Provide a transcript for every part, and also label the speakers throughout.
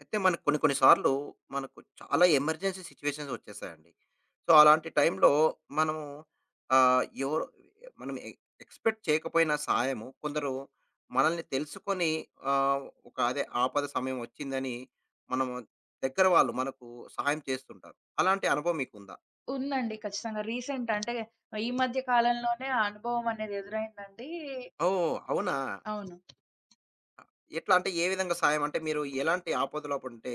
Speaker 1: అయితే మనకు కొన్ని కొన్ని సార్లు మనకు చాలా ఎమర్జెన్సీ సిచ్యువేషన్స్ వచ్చేసాయండి. సో, అలాంటి టైంలో మనము ఎవరో మనం ఎ ఎక్స్‌పెక్ట్ చేయకపోయిన సహాయము కొందరు మనల్ని తెలుసుకొని, ఒక అదే ఆపద సమయం వచ్చిందని మనము దగ్గర వాళ్ళు మనకు సహాయం చేస్తుంటారు. అలాంటి అనుభవం మీకుందా?
Speaker 2: ఉందండి. ఖచ్చితంగా. రీసెంట్ అంటే ఈ మధ్య కాలంలోనే ఆ అనుభవం అనేది ఎదురైందండి.
Speaker 1: ఓహ్! అవునా?
Speaker 2: అవును.
Speaker 1: ఎట్లా అంటే ఏ విధంగా సహాయం? అంటే మీరు ఎలాంటి ఆపదలో పడుంటే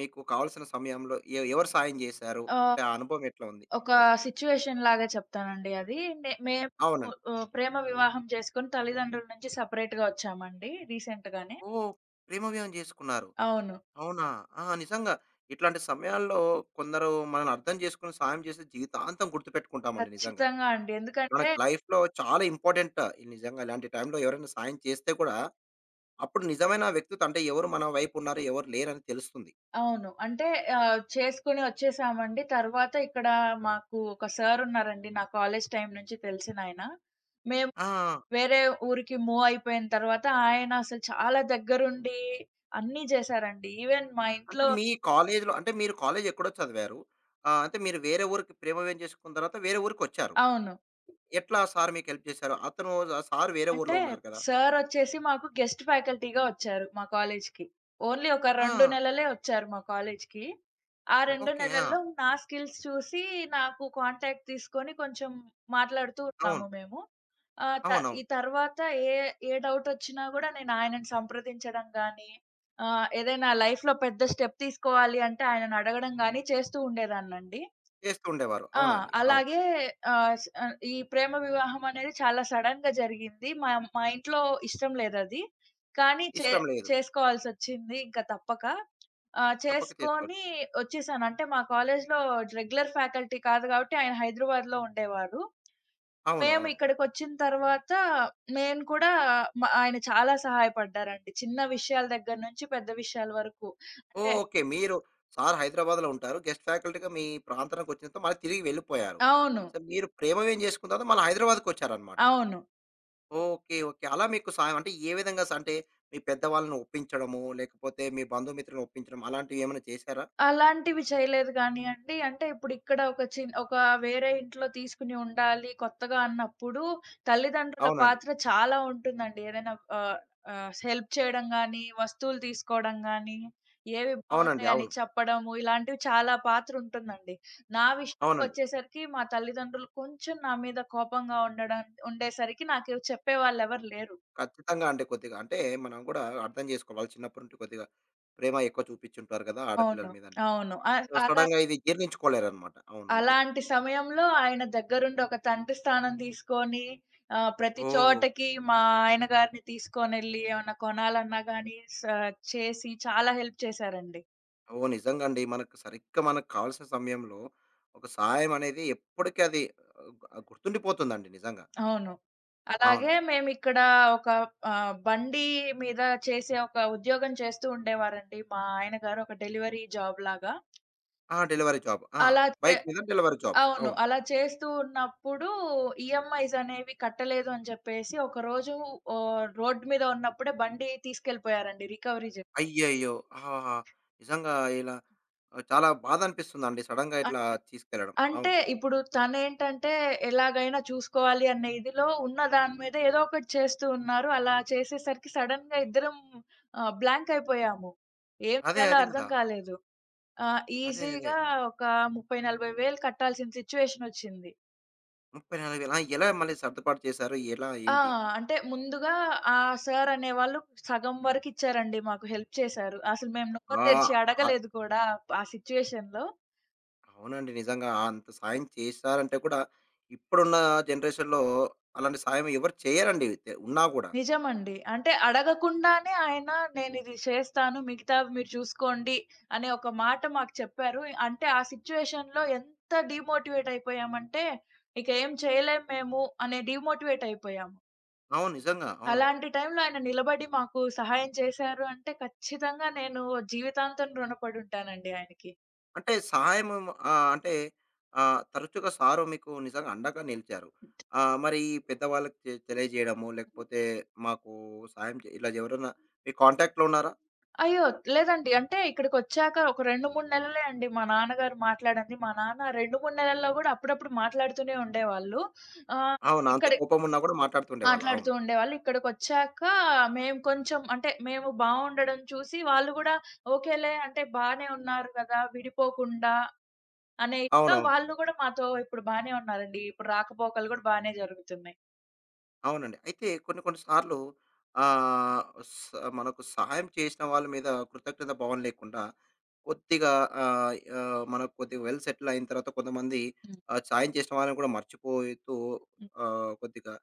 Speaker 1: మీకు కావాల్సిన సమయంలో ఎవరు సహాయం చేశారు? అంటే ఆ
Speaker 2: ఆహ్,
Speaker 1: అనుభవం ఎట్లా ఉంది?
Speaker 2: ఒక
Speaker 1: ఎవరు?
Speaker 2: సిట్యుయేషన్ లాగా చెప్తానండి అది. మేము
Speaker 1: అవునండి.
Speaker 2: ప్రేమ వివాహం చేసుకొని తల్లిదండ్రుల నుంచి సెపరేట్‌గా ఒచ్చామండి రీసెంట్‌గానే.
Speaker 1: ఓహ్! ప్రేమ వివాహం చేసుకున్నారు.
Speaker 2: అవును.
Speaker 1: అవునా? ఆ! నిజంగా ఇట్లాంటి సమయాల్లో కొందరు మనల్ని అర్థం చేసుకొని సాయం చేసి జీవితాంతం గుర్తుపెట్టుకుంటామండి నిజంగా.
Speaker 2: ఖచ్చితంగా అండి. ఎందుకంటే
Speaker 1: మనకు లైఫ్‌లో చాలా ఇంపార్టెంట్. నిజంగా ఇలాంటి టైంలో ఎవరైనా సాయం చేస్తే కూడా అప్పుడు నిజమైన వ్యక్తిత్వం అంటే ఎవరు మన వైపు ఉన్నారు, ఎవరు లేరని తెలుస్తుంది.
Speaker 2: అవును. అంటే చేసుకొని ఒచ్చేసామండి. తర్వాత ఇక్కడ మాకు ఒక సార్ ఉన్నారండి. నా కాలేజ్ టైమ్ నుంచి తెలిసినాయన. మేము
Speaker 1: ఆ!
Speaker 2: వేరే ఊరికి మూవ్ అయిపోయిన తర్వాత ఆయన అసలు చాలా దగ్గరుండి అన్నీ జేశారండి. ఈవెన్ మా
Speaker 1: అంటే
Speaker 2: ఇంట్లో
Speaker 1: మీ కాలేజ్‌లో అంటే మీరు కాలేజ్ ఎక్కడో చదివారు. అంటే మీరు వేరే ఊరికి ప్రేమ వివాహం చేసుకున్న తర్వాత వేరే ఊరికొచ్చారు.
Speaker 2: అవును.
Speaker 1: ఎట్లా సార్ మీకు హెల్ప్ చేశారు? అతను ఆ సార్ వేరే
Speaker 2: అంటే
Speaker 1: ఊర్లో ఉన్నారు కదా!
Speaker 2: సారొచ్చేసి మాకు గెస్ట్ ఫ్యాకల్టీగా వచ్చారు మా కాలేజ్‌కి. ఓన్లీ ఒక
Speaker 1: ఆ!
Speaker 2: 2 నెలలే వచ్చారు మా కాలేజ్‌కి. ఆ 2
Speaker 1: ఓకే. ఆ!
Speaker 2: నెలల్లో నా స్కిల్స్ చూసి నాకు కాంటాక్ట్ తీసుకొని కొంచెం మాట్లాడుతూ
Speaker 1: అవును.
Speaker 2: ఉన్నాము మేము. ఆహ్, త ఈ
Speaker 1: అవునవును.
Speaker 2: తర్వాత ఏ ఏ డౌటొచ్చినా గూడా నేను ఆయనని సంప్రదించడం గానీ, ఏదైనా లైఫ్‌లో పెద్ద స్టెప్ తీసుకోవాలి అంటే ఆయనని అడగడం గానీ చేస్తూ ఉండేదాన్నండి.
Speaker 1: చేస్తూ ఉండేవారు.
Speaker 2: ఆ!
Speaker 1: అవునండి. అవును.
Speaker 2: అలాగే ఈ ప్రేమ వివాహం అనేది చాలా సడెన్‌గా జరిగింది. మా మా ఇంట్లో ఇష్టం లేదది. కానీ చే
Speaker 1: ఇష్టం లేదు.
Speaker 2: చేసుకోవాల్సొచ్చింది ఇంక తప్పక.
Speaker 1: తప్పక
Speaker 2: చేసుకొని
Speaker 1: చేసుకోవాల్సొచ్చింది.
Speaker 2: వచ్చేసాను. అంటే మా కాలేజ్‌లో రెగ్యులర్ ఫ్యాకల్టీ కాదు కాబట్టి ఆయన హైదరాబాద్‌లో ఉండేవారు.
Speaker 1: అవును.
Speaker 2: మేము
Speaker 1: అవును.
Speaker 2: ఇక్కడికొచ్చిన తర్వాత నేను కూడా ఆయన చాలా సహాయపడ్డారండి. చిన్న విషయాల దగ్గర నుంచి పెద్ద విషయాల వరకు. అంటే
Speaker 1: ఓకే. మీరు సార్ హైదరాబాద్‌లో ఉంటారు. గెస్ట్ ఫ్యాకల్టీ‌గా మీ ప్రాంతానికొచ్చిన తర్వాత మళ్ళీ తిరిగి వెళ్ళిపోయారు.
Speaker 2: అవును.
Speaker 1: సో, మీరు ప్రేమవ్యం చేసుకున్న తర్వాత మళ్ళా హైదరాబాద్‌కొచ్చారన్నమాట.
Speaker 2: అవును.
Speaker 1: ఓకే. ఓకే. అలా మీకు సాయం అంటే ఏ విధంగా అంటే మీ పెద్దవాళ్ళని ఒప్పించడము, లేకపోతే మీ బంధుమిత్రులను ఒప్పించడం అలాంటివి ఏమైనా చేశారా?
Speaker 2: అలాంటివి చేయలేదు గానీయండి. అంటే ఇప్పుడిక్కడ ఒక వేరే ఇంట్లో తీసుకొని ఉండాలి కొత్తగా అన్నప్పుడు, తల్లిదండ్రుల
Speaker 1: అవునండి.
Speaker 2: పాత్ర చాలా ఉంటుందండి. ఏదైనా ఆహ్, ఆహ్, హెల్ప్ చేయడం గానీ, వస్తువులు తీసుకోవడం గానీ, ఏవి
Speaker 1: అవునండి.
Speaker 2: బావుంటాయని
Speaker 1: అవును.
Speaker 2: చెప్పడము, ఇలాంటివి చాలా పాత్ర ఉంటుందండి. నా
Speaker 1: అవునండి.
Speaker 2: విషయానికొచ్చేసరికి మా తల్లిదండ్రులు కొంచెం నా మీద కోపంగా ఉండడం ఉండేసరికి నాకు చెప్పేవాళ్ళెవరు లేరు.
Speaker 1: ఖచ్చితంగా అండి కొద్దిగా. అంటే మనం కూడా అర్థం చేసుకోవాలి. వాళ్ళు చిన్నప్పటి నుండి కొద్దిగా ప్రేమ ఎక్కువ చూపించుంటారు కదా! ఆడపిల్లల
Speaker 2: అవును.
Speaker 1: మీద.
Speaker 2: అవును. అ అలా
Speaker 1: సడెన్‌గా ఇది జీర్ణించుకోలేరనమాట. అవును. అంతే.
Speaker 2: అలాంటి సమయంలో ఆయన దగ్గరుండి ఒక తండ్రి స్థానం తీసుకొని ప్రతి
Speaker 1: ఓహ్!
Speaker 2: చోటకి మా ఆయన గారిని తీసుకొనెళ్లి ఏమన్నా కొనాలన్నా గానీ స చేసి చాలా హెల్ప్ చేశారండి.
Speaker 1: ఓహ్! నిజంగా అండి. మనకు సరిగ్గా మనకు కావాల్సిన సమయంలో ఒక సహాయం అనేది ఎప్పటికి అది గుర్తుండిపోతుందండి నిజంగా.
Speaker 2: అవును. అలాగే
Speaker 1: అవునండి.
Speaker 2: మేమిక్కడ ఒక బండి మీద చేసే ఒక ఉద్యోగం చేస్తూ ఉండేవారండి. మా ఆయన గారు ఒక డెలివరీ జాబ్ లాగా.
Speaker 1: ఆ! Delivery job. ఆ!
Speaker 2: అలా చే
Speaker 1: బైక్ మీద డెలివరీ జాబ్స్.
Speaker 2: అవును.
Speaker 1: అవును.
Speaker 2: అలా చేస్తూ ఉన్నప్పుడు ఈఎంఐస్ అనేవి కట్టలేదు అని చెప్పేసి ఒకరోజు రోడ్ మీద ఉన్నప్పుడే బండి తీసుకెళ్ళిపోయారండి రికవరీ జేసి.
Speaker 1: అయ్యయ్యో! ఆహాహా! నిజంగా ఇలా చాలా బాధ అనిపిస్తుందండి సడెన్‌గా ఇట్లా
Speaker 2: అంటే
Speaker 1: తీసుకెళ్ళడం.
Speaker 2: అంటే
Speaker 1: అవును.
Speaker 2: ఇప్పుడు తనేంటంటే ఎలాగైనా చూసుకోవాలి అనే ఇదిలో ఉన్న దాని మీద ఏదో ఒకటి చేస్తూ ఉన్నారు. అలా చేసేసరికి సడెన్‌గా ఇద్దరం బ్లాంక్ అయిపోయాము. ఏం
Speaker 1: అదే,
Speaker 2: చేయాలో
Speaker 1: అదే
Speaker 2: అర్థం
Speaker 1: కదా!
Speaker 2: కాలేదు. ఆ!
Speaker 1: అదే.
Speaker 2: ఈజీగా ఒక 30, 40 వేలు కట్టాల్సిన సిట్యుయేషన్ ఒచ్చింది.
Speaker 1: 34,000. ఆ! ఎలా మళ్ళీ సర్దుబాటు చేశారు? ఎలా?
Speaker 2: ఆ!
Speaker 1: ఏంటి?
Speaker 2: అంటే ముందుగా ఆ సార్ అనేవాళ్ళు సగం వరకు ఇచ్చారండి మాకు. హెల్ప్ చేశారు. అసలు మేము నోరు
Speaker 1: ఆ!
Speaker 2: తెరిచి
Speaker 1: ఆ
Speaker 2: అడగలేదు కూడా ఆ సిట్యుయేషన్‌లో.
Speaker 1: అవునండి. నిజంగా అంత సాయం చేశారంటే కూడా ఇప్పుడున్న జనరేషన్‌లో అలాంటి సాయం ఎవరు చేయరండి. ఉన్నా కూడా.
Speaker 2: నిజమండి. అంటే అడగకుండానే ఆయన నేనిది చేస్తాను. మిగతావి మీరు చూసుకోండి అనే ఒక మాట మాకు చెప్పారు. అంటే ఆ సిట్యుయేషన్‌లో ఎంత డీమోటివేట్ అయిపోయామంటే ఇక ఏం చేయలేము మేము అనే డీమోటివేట్ అయిపోయాము.
Speaker 1: అవును. నిజంగా. అవును.
Speaker 2: అలాంటి టైంలో ఆయన నిలబడి మాకు సహాయం చేశారు అంటే ఖచ్చితంగా నేను జీవితాంతం రుణపడి ఉంటానండి ఆయనకి.
Speaker 1: అంటే సహాయం అంటే తరచుగా సారు మీకు నిజంగా అండగా నిలిచారు. మరి ఈ పెద్దవాళ్ళకి తెలియజేయడము లేకపోతే మాకు సాయం ఇలా ఎవరైనా మీ కాంటాక్ట్‌లో ఉన్నారా?
Speaker 2: అయ్యో! లేదండి. అంటే ఇక్కడికొచ్చాక ఒక 2, 3 నెలలే అండి మా నాన్నగారు మాట్లాడంది. మా నాన్న 2, 3 నెలల్లో గూడా అప్పుడప్పుడు మాట్లాడుతూనే ఉండేవాళ్ళు. ఆహ్,
Speaker 1: అవునా? అంత
Speaker 2: ఇక్కడే
Speaker 1: కోపం ఉన్నా కూడా మాట్లాడుతుండేవాళ్ళా?
Speaker 2: మాట్లాడుతూ
Speaker 1: అవును.
Speaker 2: ఉండేవాళ్ళు. ఇక్కడికొచ్చాక మేము కొంచెం అంటే మేము బావుండడం చూసి వాళ్ళు గూడా ఓకేలే అంటే బానే ఉన్నారు గదా! విడిపోకుండా అనేదిగా
Speaker 1: అవునవును.
Speaker 2: వాళ్ళు గూడా మాతో ఇప్పుడు బానే ఉన్నారండి. ఇప్పుడు రాకపోకలు గూడా బానే జరుగుతున్నాయి.
Speaker 1: అవునండి. అయితే కొన్ని కొన్ని సార్లు ఆహ్, స మనకు సహాయం చేసిన వాళ్ళ మీద కృతజ్ఞత భావం లేకుండా కొద్దిగా, ఆహ్, ఆహ్, మనకు కొద్దిగా వెల్ సెటిల్ అయిన తర్వాత కొంతమంది
Speaker 2: హ్మ్.
Speaker 1: సాయం చేసిన వాళ్ళని కూడా మర్చిపోతూ,
Speaker 2: హ్మ్.
Speaker 1: కొద్దిగా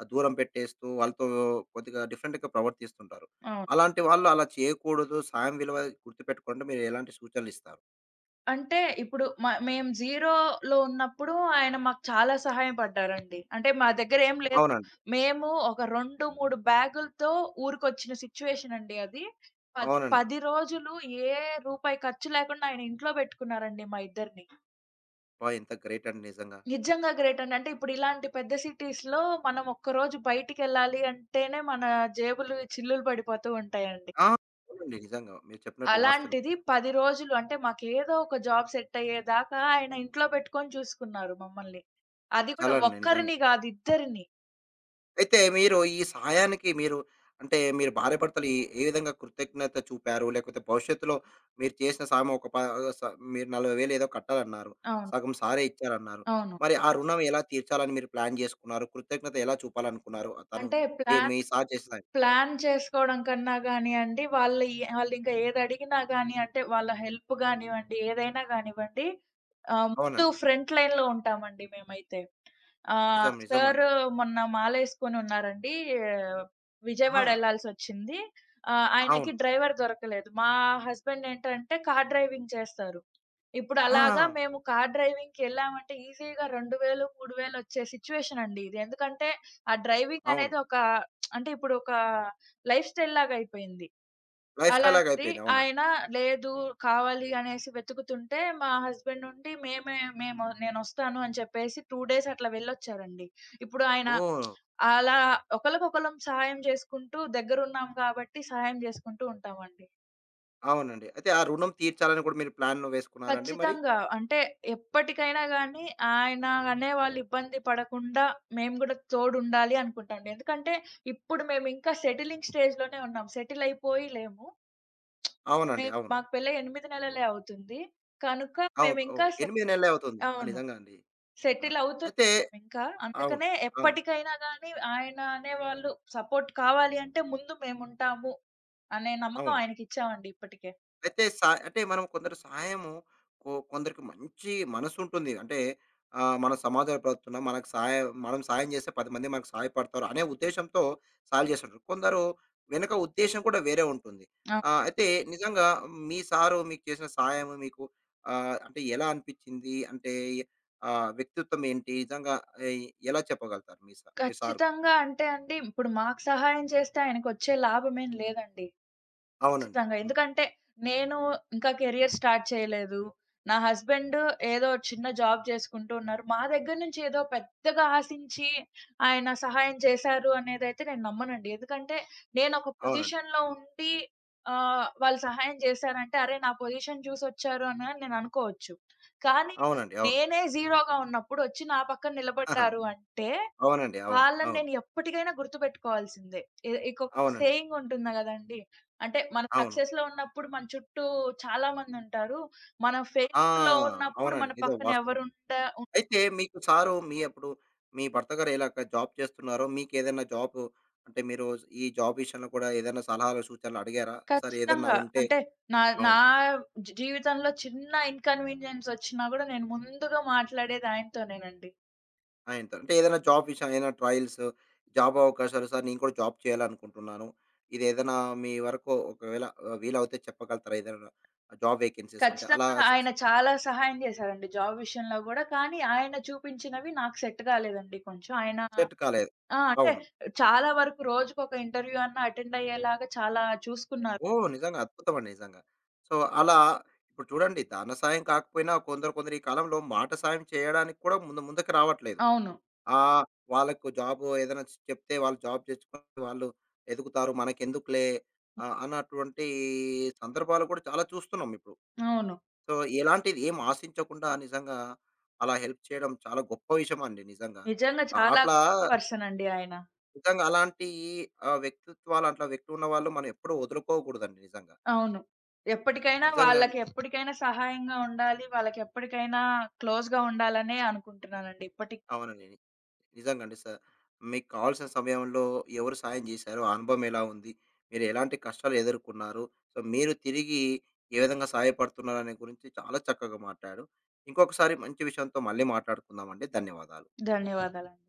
Speaker 1: ఆ దూరం పెట్టేస్తూ వాళ్ళతో కొద్దిగా డిఫరెంట్‌గా ప్రవర్తిస్తుంటారు.
Speaker 2: అవును.
Speaker 1: అలాంటి వాళ్ళు అలా చేయకూడదు. సాయం విలువ గుర్తుపెట్టుకోండి. మీరు ఎలాంటి సూచనలు ఇస్తారు?
Speaker 2: అంటే ఇప్పుడు మేము జీరోలో ఉన్నప్పుడు ఆయన మాకు చాలా సహాయం పడ్డారండి. అంటే మా దగ్గర ఏం లేదు.
Speaker 1: అవునండి.
Speaker 2: మేము ఒక 2, 3 బ్యాగులతో ఊరికొచ్చిన సిట్యుయేషన్ అండి అది. పది
Speaker 1: అవునండి.
Speaker 2: 10 రోజులు ఏ రూపాయి ఖర్చు లేకుండా ఆయన ఇంట్లో బెట్టుకున్నారండి మా ఇద్దరిని.
Speaker 1: అబ్బా! ఎంత గ్రేట్ అండి నిజంగా.
Speaker 2: నిజంగా గ్రేట్ అండి. అంటే ఇప్పుడు ఇలాంటి పెద్ద సిటీస్‌లో మనం ఒక్కరోజు బయటికెళ్ళాలి అంటేనే మన జేబులు చిల్లులు పడిపోతూ ఉంటాయండి.
Speaker 1: ఆ! అవునండి. నిజంగా. మీరు చెప్పినట్లు వాస్తవమే.
Speaker 2: అలాంటిది 10 రోజులు అంటే మాకేదో ఒక జాబ్ సెట్ అయ్యేదాకా ఆయన ఇంట్లో పెట్టుకొని చూసుకున్నారు మమ్మల్ని. అది కూడా
Speaker 1: చాలా నిజంగా.
Speaker 2: ఒక్కరిని గాదు ఇద్దరిని.
Speaker 1: అయితే మీరు ఈ సహాయానికి అంటే మీరు భార్యాభర్తలు ఏ ఏ విధంగా కృతజ్ఞత చూపారు? లేకపోతే భవిష్యత్తులో మీరు చేసిన సాయం ఒక స మీరు 40,000 ఏదో కట్టాలన్నారు.
Speaker 2: అవును.
Speaker 1: సగం సారే ఇచ్చారన్నారు.
Speaker 2: అవును.
Speaker 1: మరి ఆ అవును. రుణం ఎలా తీర్చాలని మీరు ప్లాన్ చేసుకున్నారు? కృతజ్ఞత ఎలా చూపాలనుకున్నారు? తను
Speaker 2: అంటే
Speaker 1: ఏ
Speaker 2: ప్లాన్
Speaker 1: మీ సార్ చేసిన సాయం.
Speaker 2: ప్లాన్ చేసుకోవడం కన్నా గానియండి, వాళ్ళు ఎ వాళ్ళింకా ఏదడిగినా గాని అంటే వాళ్ళ హెల్ప్ గానివ్వండి, ఏదైనా గానివ్వండి ముందు
Speaker 1: అవునండి.
Speaker 2: ఫ్రంట్ లైన్‌లో ఉంటామండి మేమైతే.
Speaker 1: నిజం.
Speaker 2: సార్
Speaker 1: నిజమండి.
Speaker 2: మొన్న మాలేసుకొనున్నారండి.
Speaker 1: ఆ!
Speaker 2: విజయవాడ ఎళ్ళాల్సొచ్చింది. ఆయనకి
Speaker 1: అవును.
Speaker 2: డ్రైవర్ దొరకలేదు. మా హస్బెండ్ ఏంటంటే కార్ డ్రైవింగ్ చేస్తారు. ఇప్పుడు
Speaker 1: ఆ!
Speaker 2: అలాగా మేము కార్ డ్రైవింగ్‌కెళ్ళామంటే ఈజీగా 2000, 3000 ఒచ్చే సిట్యుయేషనండి ఇది. ఎందుకంటే ఆ డ్రైవింగ్
Speaker 1: అవును.
Speaker 2: అనేది ఒక అంటే ఇప్పుడొక లైఫ్ స్టైల్ లాగయిపోయింది.
Speaker 1: లైఫ్‌స్టైల్ లాగా
Speaker 2: అలాంటిది
Speaker 1: అయిపోయింది. అవునండి.
Speaker 2: ఆయన లేదు కావాలి అనేసి వెతుకుతుంటే మా హస్బెండ్ నుండి మేమే మేము నేనొస్తాను అని చెప్పేసి 2 డేస్ అట్లా వెళ్ళొచ్చారండి. ఇప్పుడు ఆయన
Speaker 1: ఓహ్!
Speaker 2: అలా ఒకళ్ళకొకళ్ళం సహాయం చేసుకుంటూ దగ్గరున్నాం కాబట్టి సహాయం చేసుకుంటూ ఉంటామండి.
Speaker 1: అవునండి. అయితే ఆ రుణం తీర్చాలని కూడా మీరు ప్లాన్ వేసుకున్నారండి మరి?
Speaker 2: ఖచ్చితంగా. అంటే ఎప్పటికైనా గానీ ఆయన అనేవాళ్ళు ఇబ్బంది పడకుండా మేము గూడా తోడుండాలి అనుకుంటాండి. ఎందుకంటే ఇప్పుడు మేమింకా సెటిలింగ్ స్టేజ్‌లోనే ఉన్నాం. సెటిల్ అయిపోయి లేము.
Speaker 1: అవునండి.
Speaker 2: మేము
Speaker 1: అవును.
Speaker 2: మాకు పెళ్ళై 8 నెలలే అవుతుంది. కనుక
Speaker 1: అవును.
Speaker 2: మేమింకా
Speaker 1: ఓహ్!
Speaker 2: సె
Speaker 1: 8 నెలలే అవుతుంది. ఆ!
Speaker 2: అవును.
Speaker 1: నిజంగా అండి. ఆ!
Speaker 2: సెటిల్
Speaker 1: అయితే
Speaker 2: అవుతున్నాం ఇంకా.
Speaker 1: అవును.
Speaker 2: అందుకనే
Speaker 1: అవును.
Speaker 2: ఎప్పటికైనా గానీ ఆయన అనేవాళ్ళు సపోర్ట్ కావాలి అంటే ముందు మేముంటాము అనే నమ్మకం
Speaker 1: అవును.
Speaker 2: ఆయనకిచ్చామండి ఇప్పటికే.
Speaker 1: అయితే అంటే మనం కొందరు సహాయము కొందరికి మంచి మనసుంటుంది. అంటే మన సమాజంలో బ్రతుకుతున్నాం. మనకు సహాయం మనం సాయం చేస్తే 10 మంది మనకు సహాయపడతారు అనే ఉద్దేశ్యంతో సాయాలు చేస్తుంటారు. కొందరు వెనక ఉద్దేశ్యం కూడా వేరే ఉంటుంది.
Speaker 2: ఆ!
Speaker 1: అయితే నిజంగా మీ సారు మీకు చేసిన సహాయం మీకు అంటే ఎలా అనిపించింది? అంటే వ్యక్తిత్వం ఏంటి? నిజంగా ఎ ఎలా చెప్పగలుగుతారు మీ సార్ గురించి?
Speaker 2: ఖచ్చితంగా అంటే అండి, ఇప్పుడు మాకు సహాయం చేస్తే ఆయనకొచ్చే లాభమేం లేదండి.
Speaker 1: అవునండి.
Speaker 2: ఖచ్చితంగా.
Speaker 1: హ్మ్.
Speaker 2: ఎందుకంటే నేను ఇంకా కెరియర్ స్టార్ట్ చేయలేదు. నా హస్బెండ్ ఏదో చిన్న జాబ్ చేసుకుంటూ ఉన్నారు. మా దగ్గర నుంచి ఏదో పెద్దగా ఆశించి ఆయన సహాయం చేశారు అనేదైతే నేను నమ్మనండి. ఎందుకంటే నేను ఒక
Speaker 1: అవునండి.
Speaker 2: పొజిషన్‌లో ఉండి వాళ్ళు సహాయం చేశారంటే అరే! నా పొజిషన్ చూసొచ్చారు అని నేను అనుకోవచ్చు. కానీ
Speaker 1: అవునండి. అవును.
Speaker 2: నేనే జీరోగా ఉన్నప్పుడు వచ్చి నా పక్కన
Speaker 1: ఆహా!
Speaker 2: నిలబడ్డారు అంటే
Speaker 1: అవునండి. అవును.
Speaker 2: వాళ్ళని
Speaker 1: అవును.
Speaker 2: నేను ఎప్పటికైనా గుర్తుపెట్టుకోవాల్సిందే. ఇంకొక
Speaker 1: అవునండి.
Speaker 2: సేయింగ్ ఉంటుంది గదండీ! అంటే మన
Speaker 1: అవును.
Speaker 2: సక్సెస్‌లో ఉన్నప్పుడు మన చుట్టూ చాలా మందుంటారు. మనం
Speaker 1: ఆ!
Speaker 2: ఫెయిల్యూర్‌లో ఉన్నప్పుడు మన
Speaker 1: అవునండి. నిజం
Speaker 2: పక్కన
Speaker 1: వాస్తవం.
Speaker 2: ఎవరుండ ఉన్
Speaker 1: అయితే మీకు సారు మీ అప్పుడు మీ భర్త గారు ఎలాగ జాబ్ చేస్తున్నారో మీకేదైనా జాబు అంటే మీరు ఈ జాబ్ విషయంలో కూడా ఏదైనా సలహాలు, సూచనలు అడిగారా? సార్ ఏదన్నా
Speaker 2: ఖచ్చితంగా.
Speaker 1: ఉంటే
Speaker 2: అంటే నా నా
Speaker 1: అవును.
Speaker 2: జీ జీవితంలో చిన్న ఇన్‌కన్వీనియన్స్ ఒచ్చినా గూడా నేను ముందుగా మాట్లాడేది ఆయనతోనేనండి.
Speaker 1: ఆయనతో. అంటే ఏదైనా జాబ్ విషయం ఏదైనా ట్రయల్స్, జాబ్ అవకాశాలు సార్ నేను కూడా జాబ్ చేయాలనుకుంటున్నాను. ఇదేదైనా మీ వరకు ఒకవేళ వీలవుతే చెప్పగలుగుతారా? ఏదైనా జాబ్ వేకెన్సీస్ ఉంటే అలా
Speaker 2: ఖచ్చితంగా
Speaker 1: స
Speaker 2: ఆయన
Speaker 1: స
Speaker 2: చాలా సహాయం జేశారండి జాబ్ విషయంలో గూడా. కానీ ఆయన చూపించినవి నాకు సెట్ గాలేదండి కొంచెం. ఆయన
Speaker 1: సెట్ కాలేదు.
Speaker 2: ఆ! అంటే
Speaker 1: అవును.
Speaker 2: చాలా వరకు రోజుకొక ఇంటర్వ్యూ అన్నా అటెండ్ అయ్యేలాగా చాలా చూసుకున్నారు.
Speaker 1: ఓహ్! నిజంగా అద్భుతం అండి నిజంగా. సో, అలా ఇప్పుడు చూడండి ధన సాయం కాకపోయినా కొందరు ఈ కాలంలో మాట సాయం చేయడానికి కూడా ముందు ముందుకు రావట్లేదు.
Speaker 2: అవును.
Speaker 1: ఆహ్, వాళ్ళకు జాబ్ ఏదైనా చెప్తే వాళ్ళు జాబ్ తెచ్చుకొని వాళ్ళు ఎదుగుతారు. మనకెందుకులే అన్నటువంటి సందర్భాలు కూడా చాలా చూస్తున్నాం ఇప్పుడు.
Speaker 2: అవును.
Speaker 1: సో, ఎలాంటిది ఏం ఆశించకుండా నిజంగా అలా హెల్ప్ చేయడం చాలా గొప్ప విషయం అండి నిజంగా.
Speaker 2: నిజంగా చాలా
Speaker 1: అట్లా
Speaker 2: పర్సన్ అండి ఆయన.
Speaker 1: నిజంగా అలాంటి వ్యక్తిత్వాలు అట్లా వ్యక్తి ఉన్నవాళ్ళు మనం ఎప్పుడూ వదులుకోకూడదండి నిజంగా.
Speaker 2: అవును. ఎప్పటికైనా
Speaker 1: నిజంగా
Speaker 2: వాళ్ళకి ఎప్పటికైనా సహాయంగా ఉండాలి. వాళ్ళకి ఎప్పటికైనా క్లోజ్‌గా ఉండాలనే అనుకుంటున్నానండి. ఇప్పటికి
Speaker 1: అవునండి. నిజంగండి సార్. మీకు కావాల్సిన సమయంలో ఎవరు సాయం జేశారు? ఆ అనుభవం ఎలా ఉంది? మీరు ఎలాంటి కష్టాలు ఎదుర్కొన్నారు? సో, మీరు తిరిగి ఏ విధంగా సహాయపడుతున్నారనే గురించి చాలా చక్కగా మాట్లాడారు. ఇంకొకసారి మంచి విషయంతో మళ్ళీ మాట్లాడుకుందామండి. ధన్యవాదాలు.
Speaker 2: ధన్యవాదాలండి.